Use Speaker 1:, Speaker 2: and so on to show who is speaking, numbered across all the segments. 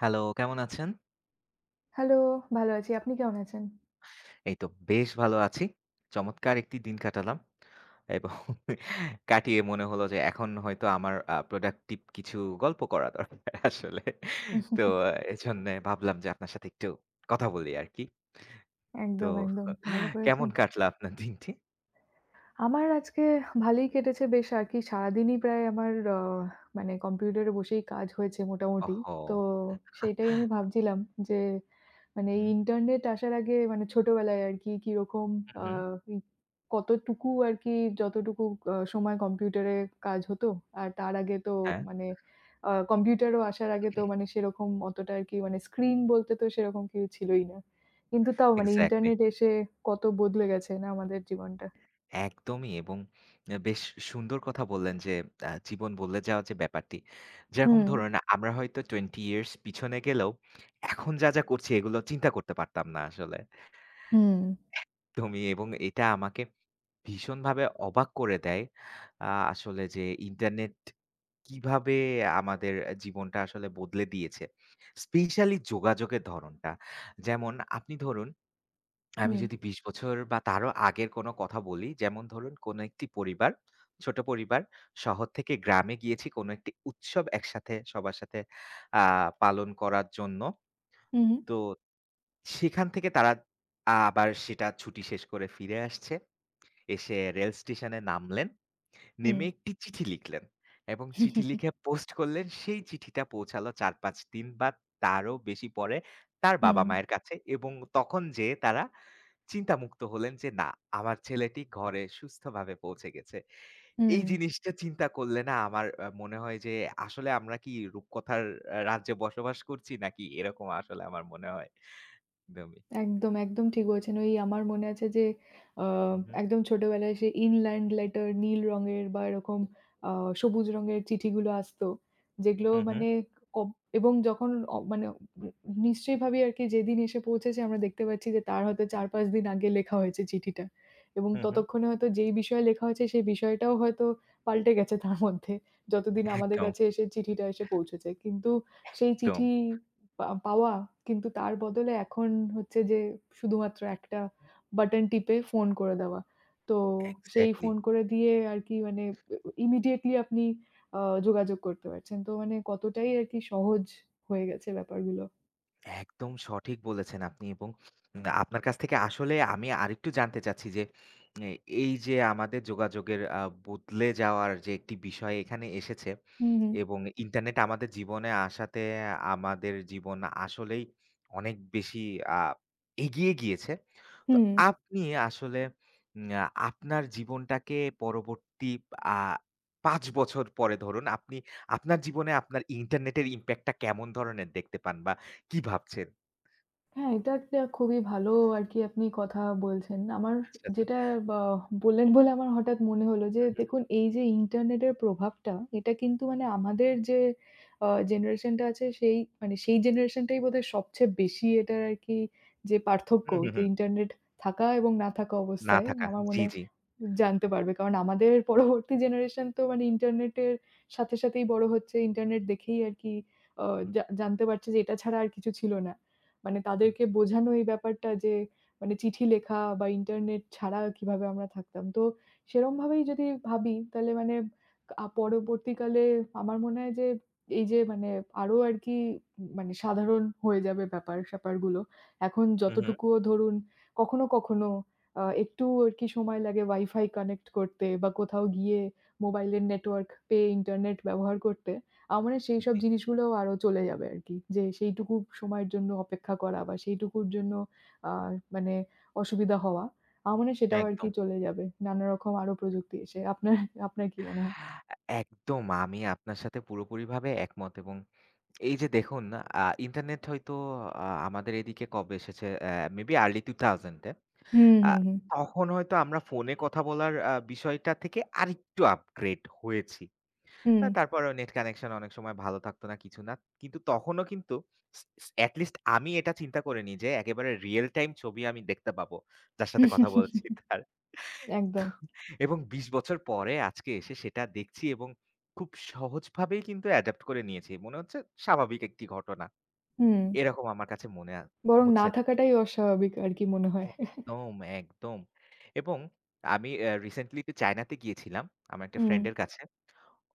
Speaker 1: Hello, কেমন আছেন?
Speaker 2: Hello, ভালো আছি। আপনি কেমন আছেন?
Speaker 1: এই তো বেশ ভালো আছি। চমৎকার একটি দিন কাটালাম এবং কাটিয়ে মনে হলো যে এখন হয়তো আমার প্রোডাক্টিভ কিছু গল্প করা দরকার আসলে।
Speaker 2: উহ,
Speaker 1: তো এজন্যে ভাবলাম যে আপনার সাথে একটু কথা বলি আরকি।
Speaker 2: একদম,
Speaker 1: তো
Speaker 2: একদম। ভালো
Speaker 1: কেমন
Speaker 2: করেছেন।
Speaker 1: কাটলো আপনার দিনটি?
Speaker 2: আমার আজকে ভালোই কেটেছে বেশ আর কি। সারাদিনই প্রায় আমার মানে কম্পিউটারে বসেই কাজ হয়েছে মোটামুটি।
Speaker 1: ওহহো!
Speaker 2: তো সেইটাই আমি ভাবছিলাম যে মানে এই
Speaker 1: হুম,
Speaker 2: ইন্টারনেট আসার আগে মানে ছোটবেলায় আর কি কিরকম
Speaker 1: হুম,
Speaker 2: আ
Speaker 1: হুম।
Speaker 2: ই কতটুকু আর কি যতটুকু সময় কম্পিউটারে কাজ হতো। আর তার আগে তো
Speaker 1: হ্যাঁ,
Speaker 2: মানে কম্পিউটারও আসার আগে তো মানে সেরকম অতটা আর কি মানে স্ক্রিন বলতে তো সেরকম কিছু ছিলই না। কিন্তু তাও মানে
Speaker 1: এক্সাক্টলি।
Speaker 2: ইন্টারনেট এসে কত বদলে গেছে না আমাদের জীবনটা।
Speaker 1: একদমই এবং বেশ সুন্দর কথা বললেন যে, জীবন বদলে যাওয়ার যে ব্যাপারটি। যেরকম
Speaker 2: হুম।
Speaker 1: ধরুন আমরা হয়তো 20 ইয়ার্স পিছনে গেলেও এখন যা করছি এগুলো চিন্তা করতে পারতাম না আসলে।
Speaker 2: ম
Speaker 1: তুমি এবং এটা আমাকে ভীষণভাবে অবাক করে দেয়। আসলে যে ইন্টারনেট কিভাবে আমাদের জীবনটা আসলে বদলে দিয়েছে। স্পেশালি যোগাযোগের ধরনটা। যেমন আপনি ধরুন আমি
Speaker 2: ম
Speaker 1: যদি ২০ বছর বা তারও আগের কোনো কথা বলি, যেমন ধরুন কোনো একটি পরিবার, ছোট পরিবার শহর থেকে গ্রামে গিয়েছি কোনো একটি উৎসব একসাথে সবার সাথে আ পালন করার জন্য।
Speaker 2: ম ম
Speaker 1: তো সেখান থেকে তারা আবার সেটা ছুটি শেষ করে ফিরে আসছে। এসে রেল স্টেশনে নামলেন।
Speaker 2: ম
Speaker 1: নেমে
Speaker 2: ম
Speaker 1: একটি চিঠি লিখলেন এবং চিঠি লিখে পোস্ট করলেন। সেই চিঠিটা পৌঁছালো ৪-৫ দিন বা তারও বেশি পরে
Speaker 2: ম ম
Speaker 1: তার বাবা-মায়ের কাছে এবং তখন যেয়ে তারা চিন্তামুক্ত হলেন যে, "না, আমার ছেলেটি ঘরে সুস্থভাবে পৌঁছে গেছে।" এই
Speaker 2: ম.
Speaker 1: জিনিসটা চিন্তা করলে না আমার মনে হয় যে, আসলে আমরা কি রূপকথার রাজ্যে বসবাস করছি নাকি এরকম আসলে আমার মনে হয় একদমই।
Speaker 2: একদম, একদম ঠিক বলেছেন। ওই আমার মনে আছে যে আ
Speaker 1: হু, হু।
Speaker 2: একদম ছোটবেলায় সেই ইনল্যান্ড লেটার নীল রঙের বা এরকম আ সবুজ রঙের চিঠিগুলো আসতো। যেগুলো
Speaker 1: হু, হু।
Speaker 2: মানে কব এবং যখন মানে নিশ্চয়ইভাবেই আরকি যেদিন এসে পৌঁছেছে আমরা দেখতে পাচ্ছি যে তার হয়তো
Speaker 1: হুম।
Speaker 2: ৪-৫ দিন আগে লেখা হয়েছে চিঠিটা। এবং
Speaker 1: হু, হু।
Speaker 2: ততক্ষণে হয়তো যেই বিষয়ে লেখা হয়েছে সেই বিষয়টাও হয়তো পাল্টে গেছে তার মধ্যে। যতদিন আমাদের
Speaker 1: একদম,
Speaker 2: কাছে এসে চিঠিটা এসে পৌঁছেছে। কিন্তু সেই
Speaker 1: একদম।
Speaker 2: চিঠি পাওয়া কিন্তু তার বদলে এখন হচ্ছে যে শুধুমাত্র একটা বাটন টিপে ফোন করে দেওয়া। তো সেই
Speaker 1: এক্সাক্টলি।
Speaker 2: ফোন করে দিয়ে আর কি মানে ইমিডিয়েটলি আপনি আ যোগাযোগ করতে পারছেন। তো মানে কতটাই আর কি সহজ হয়ে গেছে ব্যাপারগুলো।
Speaker 1: একদম সঠিক বলেছেন আপনি এবং আপনার কাছ থেকে আসলে আমি আরেকটু জানতে চাচ্ছি যে এ এই যে আমাদের যোগাযোগের বদলে যাওয়ার যে একটি বিষয় এখানে এসেছে
Speaker 2: হুম, হুম।
Speaker 1: এবং ইন্টারনেট আমাদের জীবনে আসাতে আমাদের জীবন আসলেই অনেক বেশি আ এগিয়ে গিয়েছে। তো
Speaker 2: হুম।
Speaker 1: আপনি আসলে উম আ আপনার জীবনটাকে পরবর্তী আ ৫ বছর পরে ধরুন আপনি আপনার জীবনে আপনার ইন্টারনেটের ইমপ্যাক্টটা কেমন ধরনের দেখতে পান? বা কি ভাবছেন?
Speaker 2: হ্যাঁ, এটা একটা খুবই ভালো আরকি আপনি কথা বলছেন। আমার
Speaker 1: আচ্ছা, আচ্ছা।
Speaker 2: যেটা বা বললেন বলে আমার হঠাৎ মনে হলো যে
Speaker 1: হু, হু।
Speaker 2: দেখুন এই যে ইন্টারনেটের প্রভাবটা এটা কিন্তু মানে আমাদের যে জেনারেশন টা আছে সেই মানে সেই জেনারেশন টাই বোধহয় সবচেয়ে বেশি এটার আরকি যে পার্থক্য
Speaker 1: হু, হু,
Speaker 2: যে
Speaker 1: হু।
Speaker 2: ইন্টারনেট থাকা এবং না থাকা
Speaker 1: না
Speaker 2: অবস্থায়
Speaker 1: থাকা।
Speaker 2: আমার
Speaker 1: জি,
Speaker 2: মনে হয়
Speaker 1: জি।
Speaker 2: জানতে পারবে। কারণ আমাদের পরবর্তী জেনারেশন তো মানে ইন্টারনেটের সাথে, সাথেই বড় হচ্ছে। ইন্টারনেট দেখেই আরকি আ
Speaker 1: হু,
Speaker 2: জা জানতে পারছে যে এটা ছাড়া আর কিছু ছিল না। মানে
Speaker 1: হু,
Speaker 2: তাদেরকে বোঝানো এই ব্যাপারটা যে মানে চিঠি লেখা বা ইন্টারনেট ছাড়া কিভাবে আমরা থাকতাম। তো সেরমভাবেই যদি ভাবি তাহলে মানে পরবর্তীকালে আমার মনে হয় যে এই যে মানে আরো আরকি মানে সাধারণ হয়ে যাবে ব্যাপার-স্যাপারগুলো। এখন
Speaker 1: হু, হু।
Speaker 2: যতটুকুও ধরুন কখনো, কখনো একটু আরকি সময় লাগে ওয়াইফাই কানেক্ট করতে বা কোথাও গিয়ে মোবাইলের নেটওয়ার্ক পেয়ে ইন্টারনেট ব্যবহার করতে। আমার মানে সেই সব
Speaker 1: জি,
Speaker 2: জিনিসগুলো আরো চলে যাবে আরকি। যে সেইটুকু সময়ের জন্য অপেক্ষা করা বা সেইটুকুর জন্য আ মানে অসুবিধা হওয়া। আমার মনে হয় সেটাও আরকি
Speaker 1: একদম।
Speaker 2: চলে যাবে। নানা রকম আরো প্রযুক্তি এসে। আপনার আপনার কি মনে হয়?
Speaker 1: একদম আমি আপনার সাথে পুরোপুরিভাবে একমত এবং এই যে দেখুন ইন্টারনেট হয়তো আমাদের এদিকে কবে এসেছে? মেবি আর্লি 2000 এ।
Speaker 2: হুম,
Speaker 1: আ
Speaker 2: হুম, হুম।
Speaker 1: তখন হয়তো আমরা ফোনে কথা বলার বিষয়টা থেকে আরেকটু আপগ্রেড হয়েছি।
Speaker 2: হুম।
Speaker 1: তারপরেও নেট কানেকশন অনেক সময় ভালো থাকতো না, কিছু না। কিন্তু তখনও কিন্তু স স এট লিস্ট আমি এটা চিন্তা করিনি যে একেবারে রিয়াল টাইম ছবি আমি দেখতে পাবো, যার সাথে কথা বলছি তার।
Speaker 2: একদম।
Speaker 1: এবং ২০ বছর পরে আজকে এসে সেটা দেখছি এবং খুব সহজভাবেই কিন্তু অ্যাডাপ্ট করে নিয়েছি। মনে হচ্ছে স্বাভাবিক একটি ঘটনা।
Speaker 2: হুম।
Speaker 1: এরকম আমার কাছে মনে
Speaker 2: বরং না
Speaker 1: হচ্ছে।
Speaker 2: থাকাটাই অস্বাভাবিক আরকি মনে হয়।
Speaker 1: একদম, একদম। এবং আমি রিসেন্টলি একটু চায়নাতে গিয়েছিলাম, আমার একটা
Speaker 2: হুম।
Speaker 1: ফ্রেন্ড এর কাছে।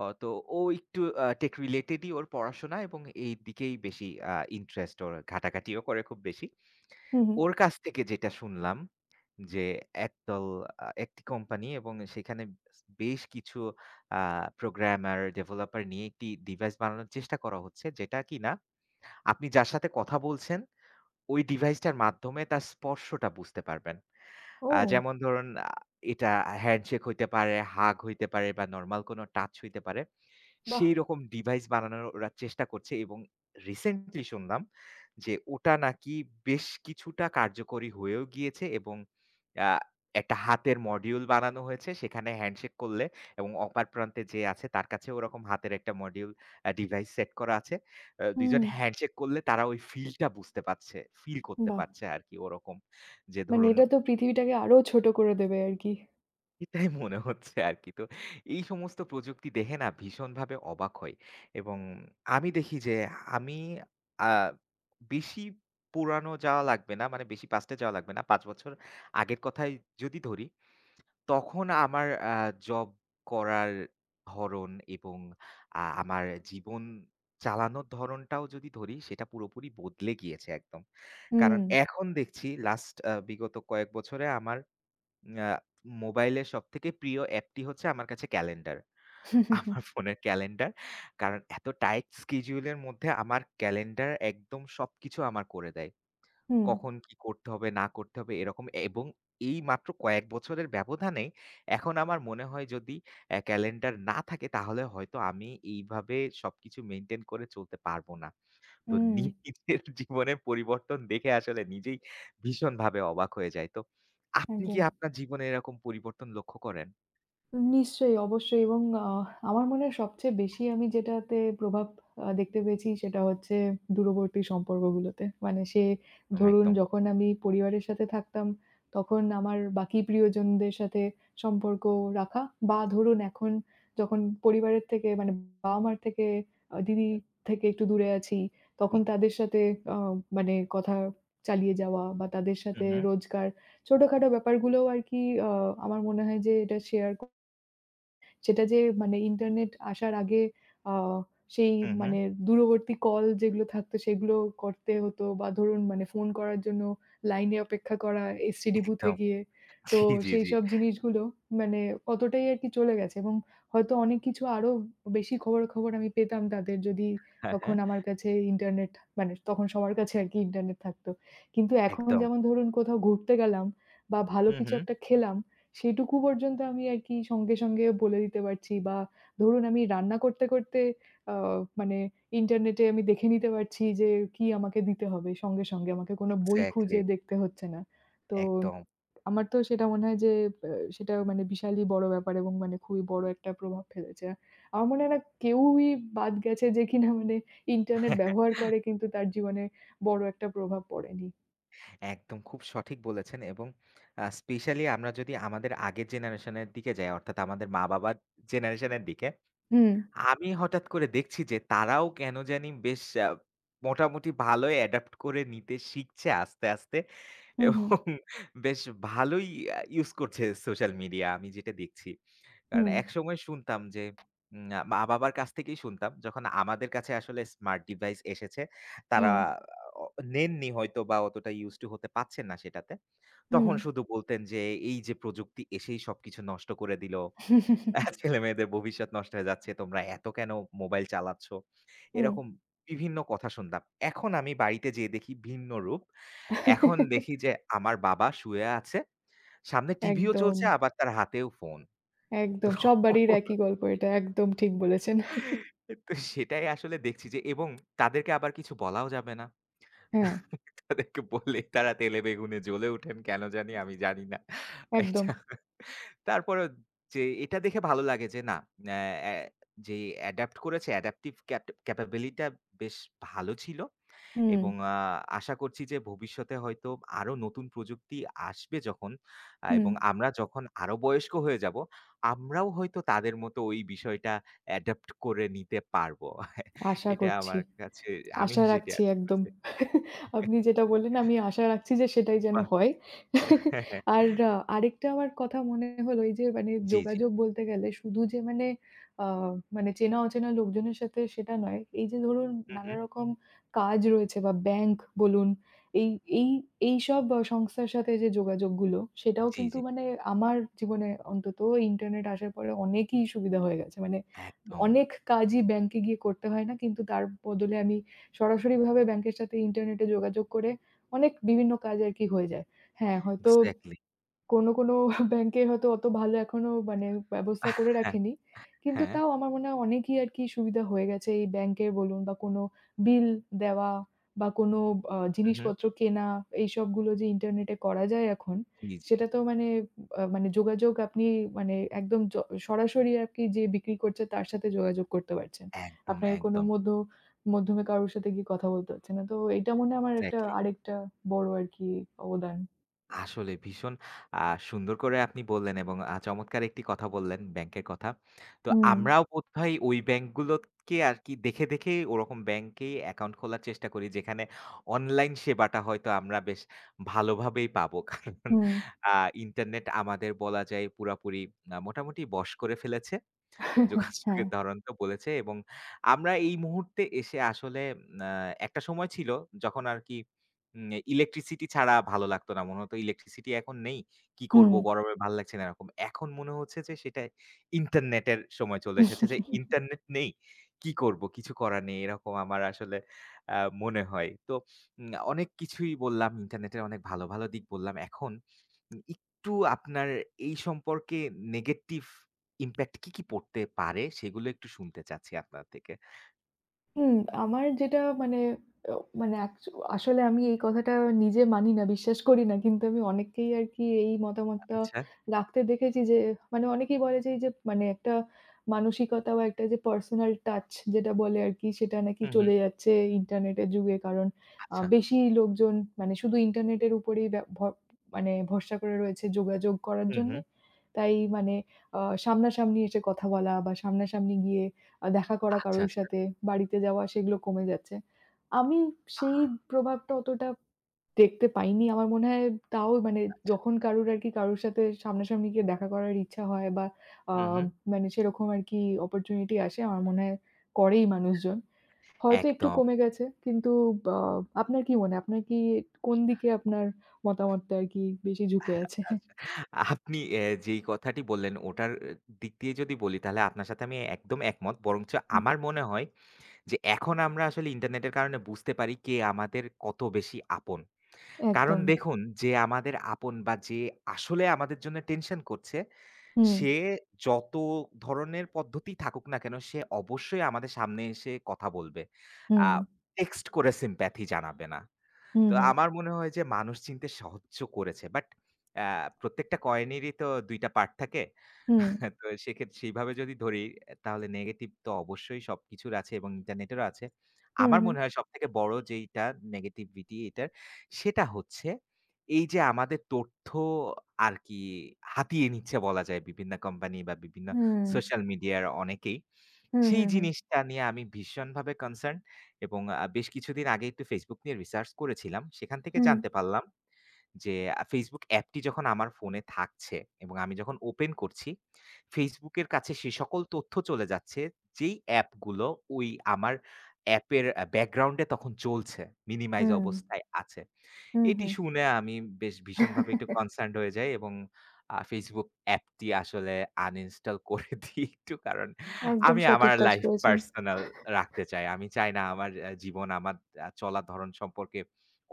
Speaker 1: তো ও একটু টেক রিলেটেডই ওর পড়াশোনা এবং এই দিকেই বেশি ইন্টারেস্ট ওর। ঘাটাঘাটিও করে খুব বেশি।
Speaker 2: হু, হু।
Speaker 1: ওর কাছ থেকে যেটা শুনলাম যে একদল একটি কোম্পানি এবং সেখানে বেশ কিছু আ প্রোগ্রামার, ডেভেলপার নিয়ে একটি ডিভাইস বানানোর চেষ্টা করা হচ্ছে যেটা কিনা আপনি যার সাথে কথা বলছেন ওই ডিভাইসটার মাধ্যমে তার স্পর্শটা বুঝতে পারবেন।
Speaker 2: ও!
Speaker 1: যেমন ধরুন এটা হ্যান্ডশেক হইতে পারে, হাগ হইতে পারে বা নরমাল কোনো টাচ হইতে পারে।
Speaker 2: বাহ!
Speaker 1: সেইরকম ডিভাইস বানানোর ওরা চেষ্টা করছে এবং রিসেন্টলি শুনলাম যে ওটা নাকি বেশ কিছুটা কার্যকরী হয়েও গিয়েছে এবং আ একটা হাতের মডিউল বানানো হয়েছে। সেখানে হ্যান্ডশেক করলে এবং অপার প্রান্তে যে আছে তার কাছেও ওরকম হাতের একটা মডিউল ডিভাইস সেট করা আছে। ২
Speaker 2: হুম।
Speaker 1: জন হ্যান্ডশেক করলে তারা ওই ফিলটা বুঝতে পারছে, ফিল করতে
Speaker 2: বাহ!
Speaker 1: পারছে আরকি ওরকম। যে
Speaker 2: মানে
Speaker 1: ধরুন
Speaker 2: এটা তো পৃথিবীটাকে আরো ছোট করে দেবে আরকি।
Speaker 1: এটাই মনে হচ্ছে আরকি। তো এই সমস্ত প্রযুক্তি দেখে না ভীষণভাবে অবাক হই এবং আমি দেখি যে আমি আ বেশি পুরানো যাওয়া লাগবে না। মানে বেশি পাস্টে যাওয়া লাগবে না। ৫ বছর আগের কথাই যদি ধরি, তখন আমার আ জব করার ধরন এবং আমার জীবন চালানোর ধরনটাও যদি ধরি, সেটা পুরোপুরি বদলে গিয়েছে একদম। কারণ
Speaker 2: হুম।
Speaker 1: এখন দেখছি লাস্ট বিগত কয়েক বছরে আমার আ মোবাইলের সবথেকে প্রিয় অ্যাপটি হচ্ছে আমার কাছে ক্যালেন্ডার। আমার ফোনের ক্যালেন্ডার। কারণ এত টাইট schedule এর মধ্যে আমার ক্যালেন্ডার একদম সবকিছু আমার করে দেয়।
Speaker 2: হুম,
Speaker 1: কখন কি করতে হবে, না করতে হবে এরকম এবং এই মাত্র কয়েক বছরের ব্যবধানে এখন আমার মনে হয় যদি ক্যালেন্ডার না থাকে তাহলে হয়তো আমি এইভাবে সবকিছু মেইনটেইন করে চলতে পারব না। তো
Speaker 2: হুম।
Speaker 1: নিজের জীবনের পরিবর্তন দেখে আসলে নিজেই ভীষণভাবে অবাক হয়ে যাই। তো আপনি কি
Speaker 2: একদম।
Speaker 1: আপনার জীবনে এরকম পরিবর্তন লক্ষ্য করেন?
Speaker 2: নিশ্চয়ই, অবশ্যই এবং আমার মনে হয় সবচেয়ে বেশি আমি যেটাতে প্রভাব দেখতে পেয়েছি সেটা হচ্ছে দূরবর্তী সম্পর্কগুলোতে। মানে সে
Speaker 1: একদম,
Speaker 2: ধরুন
Speaker 1: একদম।
Speaker 2: যখন আমি পরিবারের সাথে থাকতাম, তখন আমার বাকি প্রিয়জনদের সাথে সম্পর্ক রাখা বা ধরুন এখন যখন পরিবারের থেকে মানে বাবা-মার থেকে দিদি থেকে একটু দূরে আছি,
Speaker 1: জি।
Speaker 2: তখন তাদের সাথে আ মানে কথা চালিয়ে যাওয়া বা তাদের
Speaker 1: হুম,
Speaker 2: সাথে
Speaker 1: হুম,
Speaker 2: রোজকার ছোটখাটো ব্যাপারগুলোও আরকি আ আমার মনে হয় যে এটা শেয়ার সেটা যে মানে ইন্টারনেট আসার আগে আ সেই
Speaker 1: হুম, হুম।
Speaker 2: মানে দূরবর্তী কল যেগুলো থাকতো সেগুলো করতে হতো বা ধরুন মানে ফোন করার জন্য লাইনে অপেক্ষা করা, এসটিডি বুথে
Speaker 1: একদম।
Speaker 2: গিয়ে। তো
Speaker 1: জি, জি, জি।
Speaker 2: সেইসব জিনিসগুলো মানে কতটাই আরকি চলে গেছে এবং হয়তো অনেক কিছু আরো বেশি খবরাখবর আমি পেতাম তাদের যদি
Speaker 1: হ্যাঁ, হ্যাঁ।
Speaker 2: তখন আমার কাছে ইন্টারনেট মানে তখন সবার কাছে আরকি ইন্টারনেট থাকতো। কিন্তু এখন
Speaker 1: একদম।
Speaker 2: যেমন ধরুন কোথাও ঘুরতে গেলাম বা ভালো
Speaker 1: হুম,
Speaker 2: কিছু
Speaker 1: হুম।
Speaker 2: একটা খেলাম সেটুকু পর্যন্ত আমি আরকি সঙ্গে, সঙ্গে বলে দিতে পারছি বা ধরুন আমি রান্না করতে, করতে আ মানে ইন্টারনেটে আমি দেখে নিতে পারছি যে কি আমাকে দিতে হবে সঙ্গে, সঙ্গে। আমাকে কোনো বই
Speaker 1: এক্সাক্টলি।
Speaker 2: খুঁজে দেখতে হচ্ছে না। তো
Speaker 1: একদম।
Speaker 2: আমার তো সেটা মনে হয় যে আ সেটা মানে বিশালই বড় ব্যাপার এবং মানে খুবই বড় একটা প্রভাব ফেলেছে। আমার মনে হয় না কেউই বাদ গেছে যে কিনা মানে ইন্টারনেট ব্যবহার করে কিন্তু তার জীবনে বড় একটা প্রভাব পড়েনি।
Speaker 1: একদম খুব সঠিক বলেছেন এবং স্পেশালি আমরা যদি আমাদের আগের জেনারেশন এর দিকে যাই অর্থাৎ আমাদের মা-বাবার জেনারেশন এর দিকে
Speaker 2: হুম,
Speaker 1: আমি হঠাৎ করে দেখছি যে তারাও কেন জানি বেশ মোটামুটি ভালোই অ্যাডাপ্ট করে নিতে শিখছে আস্তে, আস্তে
Speaker 2: হুম, হুম,
Speaker 1: এবং বেশ ভালোই ইউজ করছে সোশ্যাল মিডিয়া আমি যেটা দেখছি। কারণ
Speaker 2: হুম,
Speaker 1: একসময় শুনতাম যে উম আ মা-বাবার কাছ থেকেই শুনতাম যখন আমাদের কাছে আসলে স্মার্ট ডিভাইস এসেছে তারা
Speaker 2: হুম,
Speaker 1: অ নেননি হয়তো বা অতটা ইউজ টু হতে পারছেন না সেটাতে। তখন শুধু বলতেন যে এই যে প্রযুক্তি এসেই সবকিছু নষ্ট করে দিল।
Speaker 2: হুম।
Speaker 1: ছেলেমেয়েদের ভবিষ্যৎ নষ্ট হয়ে যাচ্ছে। তোমরা এত কেন মোবাইল চালাচ্ছ?
Speaker 2: হুম।
Speaker 1: এরকম বিভিন্ন কথা শুনতাম। এখন আমি বাড়িতে যেয়ে দেখি ভিন্ন রূপ। এখন দেখি যে আমার বাবা শুয়ে আছে। সামনে টিভিও
Speaker 2: একদম,
Speaker 1: চলছে আবার তার হাতেও ফোন। তো
Speaker 2: একদম। সব বাড়ির একই গল্প এটা। একদম ঠিক বলেছেন।
Speaker 1: তো সেটাই আসলে দেখছি যে এবং তাদেরকে আবার কিছু বলাও যাবে না।
Speaker 2: হ্যাঁ,
Speaker 1: তাদেরকে বললেই তারা তেলে বেগুনে জ্বলে ওঠেন কেন জানি আমি জানি না।
Speaker 2: একদম।
Speaker 1: এটা তারপরেও যে এটা দেখে ভালো লাগে যে না অ্যা অ্যা যে অ্যাডাপ্ট করেছে অ্যাডাপটিভ ক্যাপাবিলিটিটা বেশ ভালো ছিল
Speaker 2: হুম,
Speaker 1: এবং আশা করছি যে ভবিষ্যতে হয়তো আরো নতুন প্রযুক্তি আসবে যখন
Speaker 2: হুম।
Speaker 1: এবং আমরা যখন আরো বয়স্ক হয়ে যাব, আমরাও হয়তো তাদের মতো ওই বিষয়টা অ্যাডাপ্ট করে নিতে পারব।
Speaker 2: আশা
Speaker 1: এটা
Speaker 2: করছি।
Speaker 1: আমার কাছে আমিও
Speaker 2: আশা
Speaker 1: সেটি
Speaker 2: রাখছি
Speaker 1: আশা
Speaker 2: একদম।
Speaker 1: করছি।
Speaker 2: আপনি যেটা বললেন আমি আশা রাখছি যে সেটাই যেন
Speaker 1: বাহ!
Speaker 2: হয়।
Speaker 1: হ্যাঁ, হ্যাঁ।
Speaker 2: আর আরেকটা আমার কথা মনে হলো এই যে মানে
Speaker 1: জি, জি।
Speaker 2: যোগাযোগ বলতে গেলে শুধু যে মানে আ মানে চেনা অচেনা লোকজনের সাথে সেটা নয়। এই যে ধরুন
Speaker 1: হু, হু।
Speaker 2: নানা রকম কাজ রয়েছে বা ব্যাংক বলুন, এই এই এইসব সংস্থার সাথে যে যোগাযোগগুলো সেটাও
Speaker 1: জি,
Speaker 2: কিন্তু
Speaker 1: জি।
Speaker 2: মানে আমার জীবনে অন্তত ইন্টারনেট আসার পরে অনেকই সুবিধা হয়ে গেছে। মানে
Speaker 1: একদম।
Speaker 2: অনেক কাজই ব্যাংকে গিয়ে করতে হয় না। কিন্তু তার বদলে আমি সরাসরিভাবে ব্যাংকের সাথে ইন্টারনেটে যোগাযোগ করে অনেক বিভিন্ন কাজ আর কি হয়ে যায়। হ্যাঁ, হয়তো
Speaker 1: এক্সাক্টলি।
Speaker 2: কোনো, কোনো ব্যাংকে হয়তো অত ভালো এখনো মানে ব্যবস্থা করে রাখেনি। কিন্তু
Speaker 1: হ্যাঁ।
Speaker 2: তাও আমার মনে হয় অনেকই আরকি সুবিধা হয়ে গেছে এই ব্যাংকের বলুন বা কোনো বিল দেওয়া বা কোনো
Speaker 1: হু, হুম।
Speaker 2: জিনিসপত্র কেনা এইসবগুলো যে ইন্টারনেটে করা যায় এখন,
Speaker 1: জি, জি।
Speaker 2: সেটা তো মানে মানে যোগাযোগ আপনি মানে একদম সরাসরি আরকি যে বিক্রি করছে তার সাথে যোগাযোগ করতে পারছেন।
Speaker 1: একদম,
Speaker 2: আপনাকে কোনো
Speaker 1: একদম।
Speaker 2: মাধ্যমে কারোর সাথে গিয়ে কথা বলতে হচ্ছে না। তো এটা মনে হয় আমার
Speaker 1: এক্সাক্টলি।
Speaker 2: আরেকটা বড় আরকি অবদান।
Speaker 1: আসলে ভীষণ আ সুন্দর করে আপনি বললেন এবং চমৎকার একটি কথা বললেন ব্যাংকের কথা। তো
Speaker 2: হুম,
Speaker 1: আমরাও বোধহয় ওই ব্যাংকগুলোকে আরকি দেখে, দেখে ওরকম ব্যাংকেই অ্যাকাউন্ট খোলার চেষ্টা করি যেখানে অনলাইন সেবাটা হয়তো আমরা বেশ ভালোভাবেই পাবো। কারণ
Speaker 2: হুম।
Speaker 1: আ ইন্টারনেট আমাদের বলা যায় পুরাপুরি মোটামুটি বশ করে ফেলেছে। যোগাযোগের
Speaker 2: হ্যাঁ,
Speaker 1: ধরনটা বলেছে এবং আমরা এই মুহূর্তে এসে আসলে আ একটা সময় ছিল যখন আরকি ইলেকট্রিসিটি ছাড়া ভালো লাগতো না। মনে হতো ইলেকট্রিসিটি এখন নেই। কি করব?
Speaker 2: হুম।
Speaker 1: গরমে ভাল লাগছে না এরকম। এখন মনে হচ্ছে যে সেটা ইন্টারনেটের সময় চলে এসেছে যে ইন্টারনেট নেই। কি করব? কিছু করার নেই। এরকম আমার আসলে আ মনে হয়। তো অনেক কিছুই বললাম ইন্টারনেটের অনেক ভালো, ভালো দিক বললাম। এখন একটু আপনার এই সম্পর্কে নেগেটিভ ইমপ্যাক্ট কি, কি পড়তে পারে সেগুলো একটু শুনতে চাচ্ছি আপনার থেকে।
Speaker 2: হুম, আমার যেটা মানে অ মানে আসলে আমি এই কথাটা নিজে মানি না, বিশ্বাস করি না। কিন্তু আমি অনেককেই আরকি এই মতামতটা
Speaker 1: আচ্ছা।
Speaker 2: রাখতে দেখেছি যে মানে অনেকেই বলে যে এই যে মানে একটা মানসিকতা বা একটা যে পার্সোনাল টাচ যেটা বলে আরকি সেটা নাকি
Speaker 1: হুম, হুম।
Speaker 2: চলে যাচ্ছে ইন্টারনেটের যুগে। কারণ
Speaker 1: আচ্ছা।
Speaker 2: বেশি লোকজন মানে শুধু ইন্টারনেটের উপরেই ব্যা ভ মানে ভরসা করে রয়েছে যোগাযোগ করার
Speaker 1: হুম,
Speaker 2: জন্যে।
Speaker 1: হুম।
Speaker 2: তাই মানে আ সামনাসামনি এসে কথা বলা বা সামনাসামনি গিয়ে দেখা করা
Speaker 1: আচ্ছা,
Speaker 2: কারোর
Speaker 1: আচ্ছা।
Speaker 2: সাথে, বাড়িতে যাওয়া সেগুলো কমে যাচ্ছে। আমি সেই
Speaker 1: আহা!
Speaker 2: প্রভাবটা অতটা দেখতে পাইনি। আমার মনে হয় তাও মানে যখন কারোর আরকি কারোর সাথে সামনাসামনি গিয়ে দেখা করার ইচ্ছা হয় বা আ
Speaker 1: হুম, হুম।
Speaker 2: মানে সেরকম আরকি অপরচুনিটি আসে আমার মনে হয় করেই মানুষজন। হয়তো একটু
Speaker 1: একদম।
Speaker 2: কমে গেছে কিন্তু বা আপনার কি মনে হয়? আপনার কি কোন দিকে আপনার মতামতটা আরকি বেশি ঝুঁকে
Speaker 1: হ্যাঁ,
Speaker 2: আছে?
Speaker 1: আচ্ছা। আপনি যেই কথাটি বললেন ওটার আহ, দিক দিয়ে যদি বলি তাহলে আপনার সাথে আমি একদম একমত। বরঞ্চ
Speaker 2: হুম,
Speaker 1: আমার মনে হয় যে এখন আমরা আসলে ইন্টারনেটের কারণে বুঝতে পারি কে আমাদের কত বেশি আপন। কারণ
Speaker 2: একদম।
Speaker 1: দেখুন যে আমাদের আপন বা যে আসলে আমাদের জন্য টেনশন করছে
Speaker 2: হুম,
Speaker 1: সে যত ধরনের পদ্ধতি থাকুক না কেন, সে অবশ্যই আমাদের সামনে এসে কথা বলবে। আ
Speaker 2: হুম,
Speaker 1: টেক্সট করে sympathy জানাবে না।
Speaker 2: হুম,
Speaker 1: তো
Speaker 2: হুম,
Speaker 1: আমার মনে হয় যে মানুষ চিনতে সাহায্য করেছে। বাট অ্যা প্রত্যেকটা কয়েনেরই তো ২ টা পার্ট থাকে।
Speaker 2: হুম,
Speaker 1: হ্যাঁ, তো সেক্ষেত্রে সেইভাবে যদি ধরি, তাহলে নেগেটিভ তো অবশ্যই সবকিছুর আছে এবং ইন্টারনেটেরও আছে।
Speaker 2: হুম, হুম,
Speaker 1: আমার
Speaker 2: হুম,
Speaker 1: মনে হয় সবথেকে বড় যেইটা নেগেটিভিটি এটার, সেটা হচ্ছে এই যে আমাদের তথ্য আর কি হাতিয়ে নিচ্ছে বলা যায় বিভিন্ন কোম্পানি বা বিভিন্ন
Speaker 2: হুম,
Speaker 1: সোশ্যাল মিডিয়ার অনেকেই।
Speaker 2: হুম,
Speaker 1: সেই
Speaker 2: হুম।
Speaker 1: জিনিসটা নিয়ে আমি ভীষণভাবে কনসার্ন এবং বেশ কিছুদিন আগে একটু Facebook নিয়ে রিসার্চ করেছিলাম। সেখান থেকে
Speaker 2: হুম,
Speaker 1: জানতে পারলাম যে Facebook অ্যাপটি যখন আমার ফোনে থাকছে এবং আমি যখন ওপেন করছি, Facebook এর কাছে সে সকল তথ্য চলে যাচ্ছে, যেই অ্যাপগুলো ওই আমার অ্যাপের ব্যাকগ্রাউন্ডে তখন চলছে, মিনিমাইজ
Speaker 2: হুম,
Speaker 1: অবস্থায় আছে।
Speaker 2: হুম,
Speaker 1: এটি
Speaker 2: হুম।
Speaker 1: শুনে আমি বেশ ভীষণভাবে একটু কনসার্নড হয়ে যাই এবং Facebook অ্যাপটি আসলে আনইনস্টল করে দিই একটু। কারণ
Speaker 2: একদম
Speaker 1: আমি আমার
Speaker 2: সঠিক কাজ
Speaker 1: লাইফ
Speaker 2: করেছেন।
Speaker 1: পার্সোনাল রাখতে চাই। আমি চাই না আমার জীবন, আমার চলার ধরন সম্পর্কে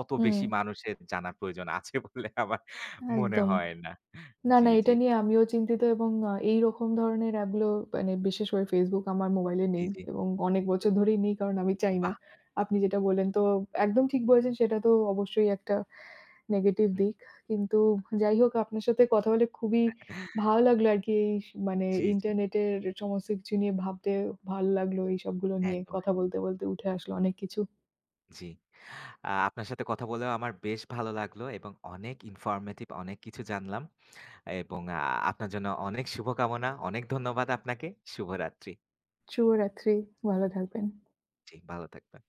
Speaker 1: অত
Speaker 2: হুম,
Speaker 1: বেশি মানুষের জানার প্রয়োজন আছে বলে আমার মনে
Speaker 2: একদম।
Speaker 1: হয় না।
Speaker 2: না,
Speaker 1: জি,
Speaker 2: না
Speaker 1: জি,
Speaker 2: এটা নিয়ে আমিও চিন্তিত এবং এইরকম ধরনের অ্যাপগুলো মানে বিশেষ করে Facebook আমার মোবাইলে
Speaker 1: জি,
Speaker 2: নেই
Speaker 1: জি।
Speaker 2: এবং অনেক বছর ধরেই নেই কারণ আমি চাই না।
Speaker 1: বাহ!
Speaker 2: আপনি যেটা বললেন তো একদম ঠিক বলেছেন সেটা তো অবশ্যই একটা নেগেটিভ
Speaker 1: হুম।
Speaker 2: দিক। কিন্তু যাই হোক আপনার সাথে কথা বলে খুবই ভালো লাগলো আরকি এই মানে
Speaker 1: জি, জি।
Speaker 2: ইন্টারনেটের সমস্ত কিছু নিয়ে ভাবতে ভালো লাগলো এইসবগুলো নিয়ে
Speaker 1: একদম,
Speaker 2: কথা বলতে,
Speaker 1: একদম।
Speaker 2: বলতে উঠে আসলো অনেক কিছু।
Speaker 1: জি। আপনার সাথে কথা বলেও আমার বেশ ভালো লাগলো এবং অনেক ইনফরমেটিভ অনেক কিছু জানলাম। এবং আপনার জন্য অনেক শুভকামনা। অনেক ধন্যবাদ আপনাকে। শুভরাত্রি।
Speaker 2: শুভরাত্রি। ভালো থাকবেন।
Speaker 1: জি, ভালো থাকবেন।